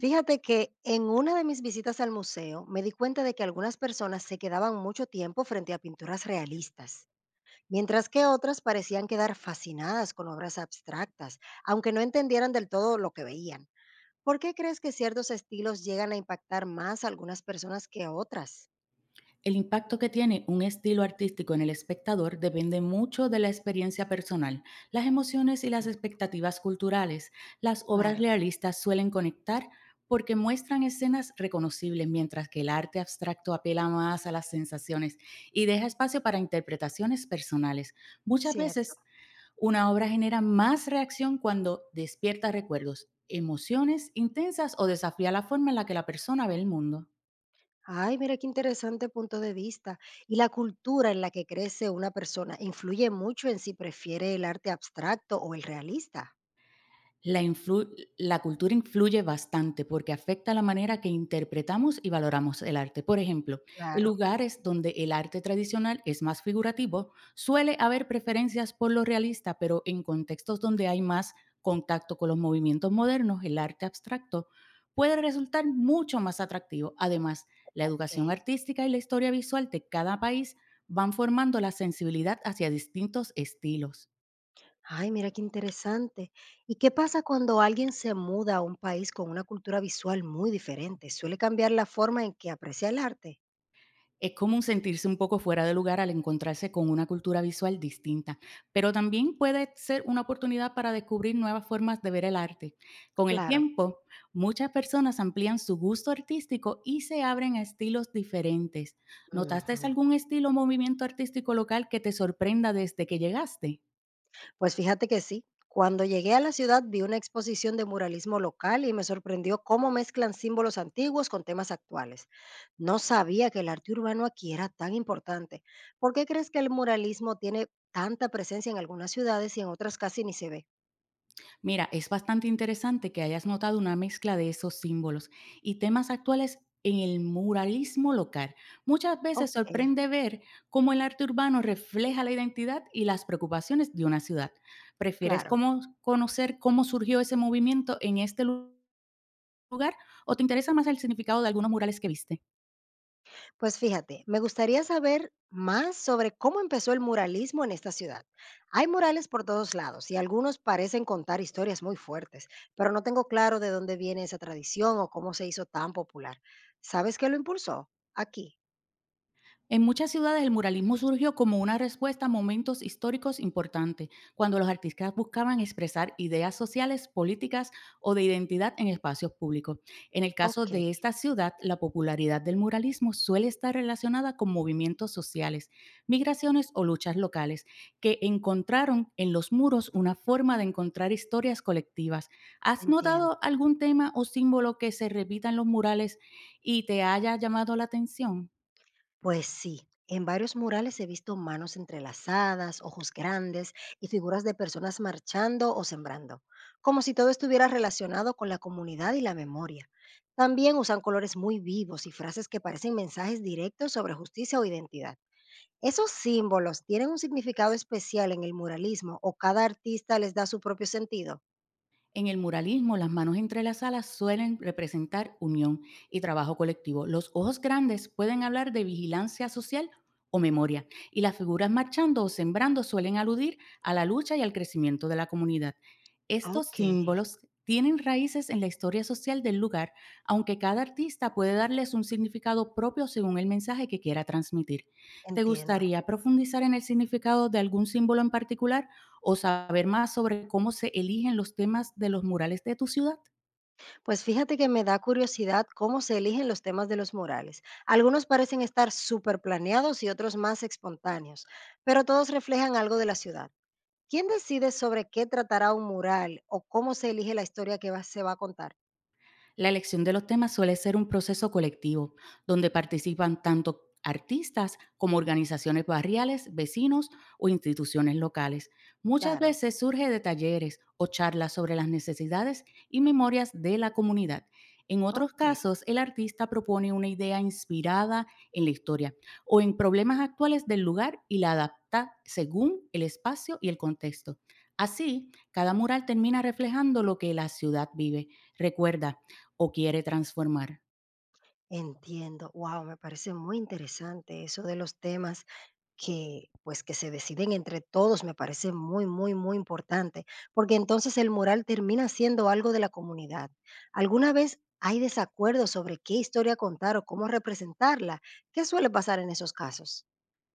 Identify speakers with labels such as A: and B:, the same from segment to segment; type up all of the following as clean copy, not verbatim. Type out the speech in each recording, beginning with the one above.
A: Fíjate que en una de mis visitas al museo me di cuenta de que algunas personas se quedaban mucho tiempo frente a pinturas realistas, mientras que otras parecían quedar fascinadas con obras abstractas, aunque no entendieran del todo lo que veían. ¿Por qué crees que ciertos estilos llegan a impactar más a algunas personas que a otras?
B: El impacto que tiene un estilo artístico en el espectador depende mucho de la experiencia personal, las emociones y las expectativas culturales. Las obras
A: Claro,
B: realistas suelen conectar porque muestran escenas reconocibles, mientras que el arte abstracto apela más a las sensaciones y deja espacio para interpretaciones personales. Muchas
A: cierto.
B: veces una obra genera más reacción cuando despierta recuerdos, emociones intensas o desafía la forma en la que la persona ve el mundo.
A: Ay, mira qué interesante punto de vista. Y la cultura en la que crece una persona influye mucho en si prefiere el arte abstracto o el realista.
B: La, influ- la cultura influye bastante porque afecta la manera que interpretamos y valoramos el arte. Por ejemplo, en
A: Claro,
B: lugares donde el arte tradicional es más figurativo, suele haber preferencias por lo realista, pero en contextos donde hay más contacto con los movimientos modernos, el arte abstracto puede resultar mucho más atractivo. Además, la
A: ok.
B: educación artística y la historia visual de cada país van formando la sensibilidad hacia distintos estilos.
A: Ay, mira qué interesante. ¿Y qué pasa cuando alguien se muda a un país con una cultura visual muy diferente? ¿Suele cambiar la forma en que aprecia el arte?
B: Es común sentirse un poco fuera de lugar al encontrarse con una cultura visual distinta, pero también puede ser una oportunidad para descubrir nuevas formas de ver el arte. Con el
A: Claro,
B: tiempo, muchas personas amplían su gusto artístico y se abren a estilos diferentes. ¿Notaste
A: ujú.
B: algún estilo o movimiento artístico local que te sorprenda desde que llegaste?
A: Pues fíjate que sí. Cuando llegué a la ciudad vi una exposición de muralismo local y me sorprendió cómo mezclan símbolos antiguos con temas actuales. No sabía que el arte urbano aquí era tan importante. ¿Por qué crees que el muralismo tiene tanta presencia en algunas ciudades y en otras casi ni se ve?
B: Mira, es bastante interesante que hayas notado una mezcla de esos símbolos y temas actuales en el muralismo local. Muchas veces
A: Ok,
B: sorprende ver cómo el arte urbano refleja la identidad y las preocupaciones de una ciudad. ¿Prefieres
A: claro.
B: conocer cómo surgió ese movimiento en este lugar, o te interesa más el significado de algunos murales que viste?
A: Pues fíjate, me gustaría saber más sobre cómo empezó el muralismo en esta ciudad. Hay murales por todos lados y algunos parecen contar historias muy fuertes, pero no tengo claro de dónde viene esa tradición o cómo se hizo tan popular. ¿Sabes qué lo impulsó? Aquí.
B: En muchas ciudades el muralismo surgió como una respuesta a momentos históricos importantes, cuando los artistas buscaban expresar ideas sociales, políticas o de identidad en espacios públicos. En el caso
A: Ok,
B: de esta ciudad, la popularidad del muralismo suele estar relacionada con movimientos sociales, migraciones o luchas locales, que encontraron en los muros una forma de encontrar historias colectivas. ¿Has notado
A: entiendo.
B: algún tema o símbolo que se repita en los murales y te haya llamado la atención?
A: Pues sí, en varios murales he visto manos entrelazadas, ojos grandes y figuras de personas marchando o sembrando, como si todo estuviera relacionado con la comunidad y la memoria. También usan colores muy vivos y frases que parecen mensajes directos sobre justicia o identidad. ¿Esos símbolos tienen un significado especial en el muralismo o cada artista les da su propio sentido?
B: En el muralismo, las manos entrelazadas suelen representar unión y trabajo colectivo. Los ojos grandes pueden hablar de vigilancia social o memoria, y las figuras marchando o sembrando suelen aludir a la lucha y al crecimiento de la comunidad. Estos
A: Ok,
B: símbolos tienen raíces en la historia social del lugar, aunque cada artista puede darles un significado propio según el mensaje que quiera transmitir. ¿Te
A: entiendo.
B: gustaría profundizar en el significado de algún símbolo en particular o saber más sobre cómo se eligen los temas de los murales de tu ciudad?
A: Pues fíjate que me da curiosidad cómo se eligen los temas de los murales. Algunos parecen estar súper planeados y otros más espontáneos, pero todos reflejan algo de la ciudad. ¿Quién decide sobre qué tratará un mural o cómo se elige la historia que va- se va a contar?
B: La elección de los temas suele ser un proceso colectivo, donde participan tanto artistas como organizaciones barriales, vecinos o instituciones locales. Muchas
A: Claro,
B: veces surge de talleres o charlas sobre las necesidades y memorias de la comunidad. En otros
A: ok.
B: casos, el artista propone una idea inspirada en la historia o en problemas actuales del lugar y la adapta según el espacio y el contexto. Así, cada mural termina reflejando lo que la ciudad vive, recuerda, o quiere transformar.
A: Entiendo. Wow, me parece muy interesante eso de los temas que pues que se deciden entre todos, me parece muy, muy, muy importante, porque entonces el mural termina siendo algo de la comunidad. ¿Alguna vez hay desacuerdos sobre qué historia contar o cómo representarla? ¿Qué suele pasar en esos casos?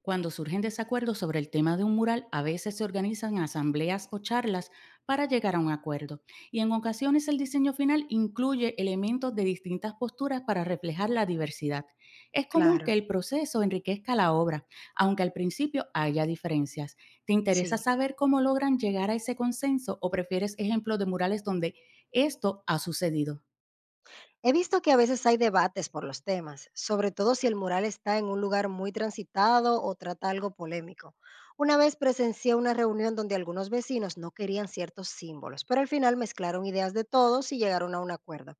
B: Cuando surgen desacuerdos sobre el tema de un mural, a veces se organizan asambleas o charlas para llegar a un acuerdo. Y en ocasiones el diseño final incluye elementos de distintas posturas para reflejar la diversidad. Es común
A: Claro,
B: que el proceso enriquezca la obra, aunque al principio haya diferencias. ¿Te interesa
A: sí.
B: saber cómo logran llegar a ese consenso, o prefieres ejemplos de murales donde esto ha sucedido?
A: He visto que a veces hay debates por los temas, sobre todo si el mural está en un lugar muy transitado o trata algo polémico. Una vez presencié una reunión donde algunos vecinos no querían ciertos símbolos, pero al final mezclaron ideas de todos y llegaron a un acuerdo.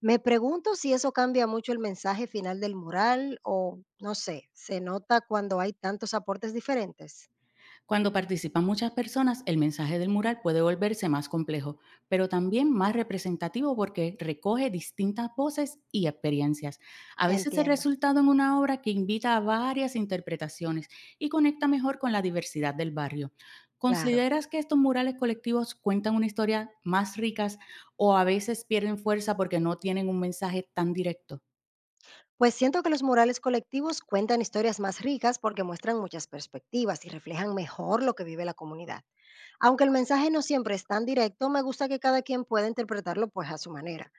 A: Me pregunto si eso cambia mucho el mensaje final del mural o, no sé, se nota cuando hay tantos aportes diferentes.
B: Cuando participan muchas personas, el mensaje del mural puede volverse más complejo, pero también más representativo, porque recoge distintas voces y experiencias. A veces el
A: Entiendo,
B: resultado en una obra que invita a varias interpretaciones y conecta mejor con la diversidad del barrio.
A: claro.
B: ¿Consideras que estos murales colectivos cuentan una historia más ricas, o a veces pierden fuerza porque no tienen un mensaje tan directo?
A: Pues siento que los murales colectivos cuentan historias más ricas porque muestran muchas perspectivas y reflejan mejor lo que vive la comunidad. Aunque el mensaje no siempre es tan directo, me gusta que cada quien pueda interpretarlo pues a su manera.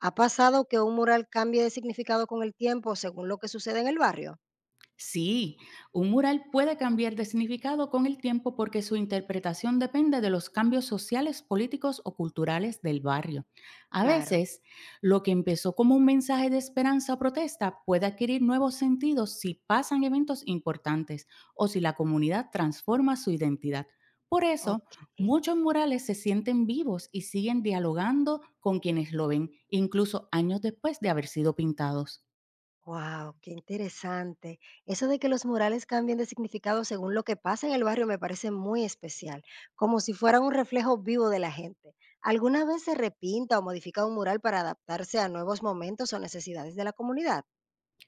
A: ¿Ha pasado que un mural cambie de significado con el tiempo según lo que sucede en el barrio?
B: Sí, un mural puede cambiar de significado con el tiempo, porque su interpretación depende de los cambios sociales, políticos o culturales del barrio. A
A: Claro,
B: veces, lo que empezó como un mensaje de esperanza o protesta puede adquirir nuevos sentidos si pasan eventos importantes o si la comunidad transforma su identidad. Por eso,
A: ok.
B: muchos murales se sienten vivos y siguen dialogando con quienes lo ven, incluso años después de haber sido pintados.
A: Wow, qué interesante. Eso de que los murales cambien de significado según lo que pasa en el barrio me parece muy especial, como si fuera un reflejo vivo de la gente. ¿Alguna vez se repinta o modifica un mural para adaptarse a nuevos momentos o necesidades de la comunidad?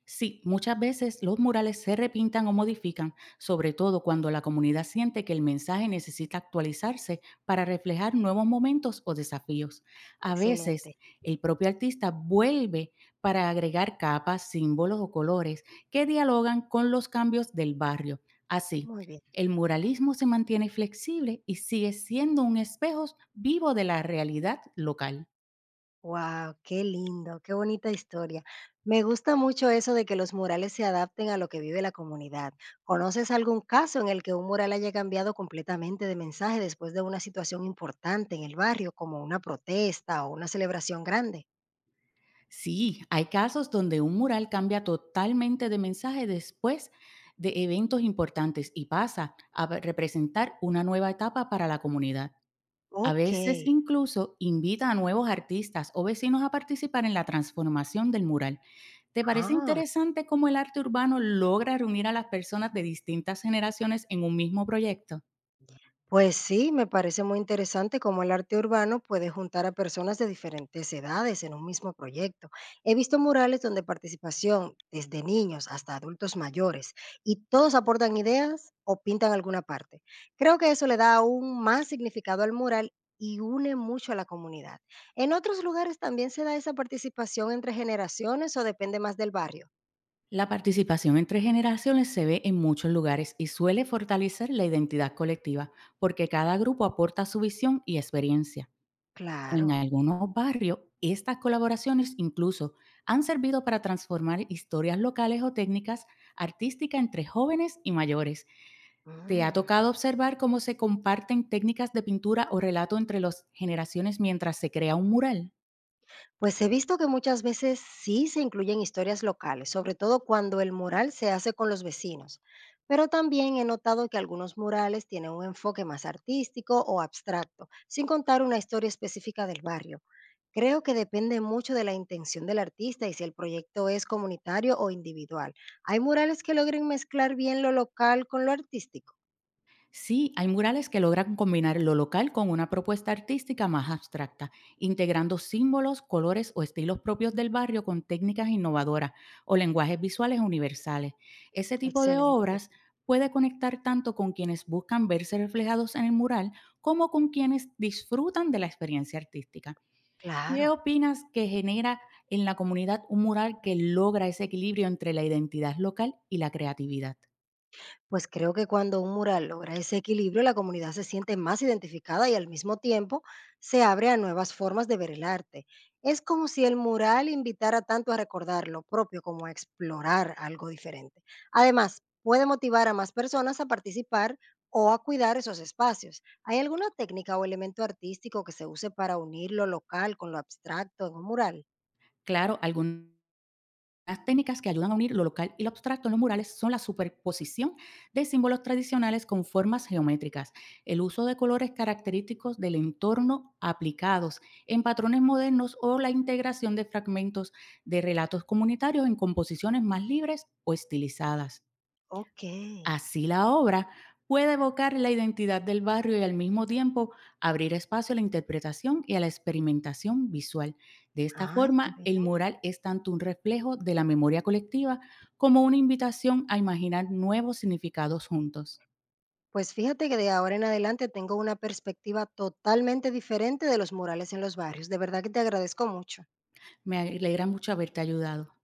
B: Sí, muchas veces los murales se repintan o modifican, sobre todo cuando la comunidad siente que el mensaje necesita actualizarse para reflejar nuevos momentos o desafíos. A
A: Excelente,
B: veces, el propio artista vuelve para agregar capas, símbolos o colores que dialogan con los cambios del barrio. Así,
A: muy bien.
B: el muralismo se mantiene flexible y sigue siendo un espejo vivo de la realidad local.
A: Wow, qué lindo, qué bonita historia. Me gusta mucho eso de que los murales se adapten a lo que vive la comunidad. ¿Conoces algún caso en el que un mural haya cambiado completamente de mensaje después de una situación importante en el barrio, como una protesta o una celebración grande?
B: Sí, hay casos donde un mural cambia totalmente de mensaje después de eventos importantes y pasa a representar una nueva etapa para la comunidad. A
A: Ok.
B: veces incluso invita a nuevos artistas o vecinos a participar en la transformación del mural. ¿Te parece
A: Ah.
B: interesante cómo el arte urbano logra reunir a las personas de distintas generaciones en un mismo proyecto?
A: Pues sí, me parece muy interesante cómo el arte urbano puede juntar a personas de diferentes edades en un mismo proyecto. He visto murales donde participación desde niños hasta adultos mayores y todos aportan ideas o pintan alguna parte. Creo que eso le da aún más significado al mural y une mucho a la comunidad. ¿En otros lugares también se da esa participación entre generaciones o depende más del barrio?
B: La participación entre generaciones se ve en muchos lugares y suele fortalecer la identidad colectiva, porque cada grupo aporta su visión y experiencia. En
A: Claro.
B: algunos barrios, estas colaboraciones incluso han servido para transformar historias locales o técnicas artísticas entre jóvenes y mayores. ¿Te ha
A: Mm.
B: tocado observar cómo se comparten técnicas de pintura o relato entre las generaciones mientras se crea un mural?
A: Pues he visto que muchas veces sí se incluyen historias locales, sobre todo cuando el mural se hace con los vecinos, pero también he notado que algunos murales tienen un enfoque más artístico o abstracto, sin contar una historia específica del barrio. Creo que depende mucho de la intención del artista y si el proyecto es comunitario o individual. Hay murales que logren mezclar bien lo local con lo artístico.
B: Sí, hay murales que logran combinar lo local con una propuesta artística más abstracta, integrando símbolos, colores o estilos propios del barrio con técnicas innovadoras o lenguajes visuales universales. Ese tipo de
A: Excelente,
B: obras puede conectar tanto con quienes buscan verse reflejados en el mural como con quienes disfrutan de la experiencia artística. ¿Qué
A: claro.
B: opinas que genera en la comunidad un mural que logra ese equilibrio entre la identidad local y la creatividad?
A: Pues creo que cuando un mural logra ese equilibrio, la comunidad se siente más identificada y al mismo tiempo se abre a nuevas formas de ver el arte. Es como si el mural invitara tanto a recordar lo propio como a explorar algo diferente. Además, puede motivar a más personas a participar o a cuidar esos espacios. ¿Hay alguna técnica o elemento artístico que se use para unir lo local con lo abstracto en un mural?
B: Claro, algunos Las técnicas que ayudan a unir lo local y lo abstracto en los murales son la superposición de símbolos tradicionales con formas geométricas, el uso de colores característicos del entorno aplicados en patrones modernos o la integración de fragmentos de relatos comunitarios en composiciones más libres o estilizadas.
A: Ok.
B: Así, la obra puede evocar la identidad del barrio y al mismo tiempo abrir espacio a la interpretación y a la experimentación visual. De esta
A: Ay, qué
B: forma,
A: bien.
B: el mural es tanto un reflejo de la memoria colectiva como una invitación a imaginar nuevos significados juntos.
A: Pues fíjate que de ahora en adelante tengo una perspectiva totalmente diferente de los murales en los barrios. De verdad que te agradezco mucho.
B: Me alegra mucho haberte ayudado.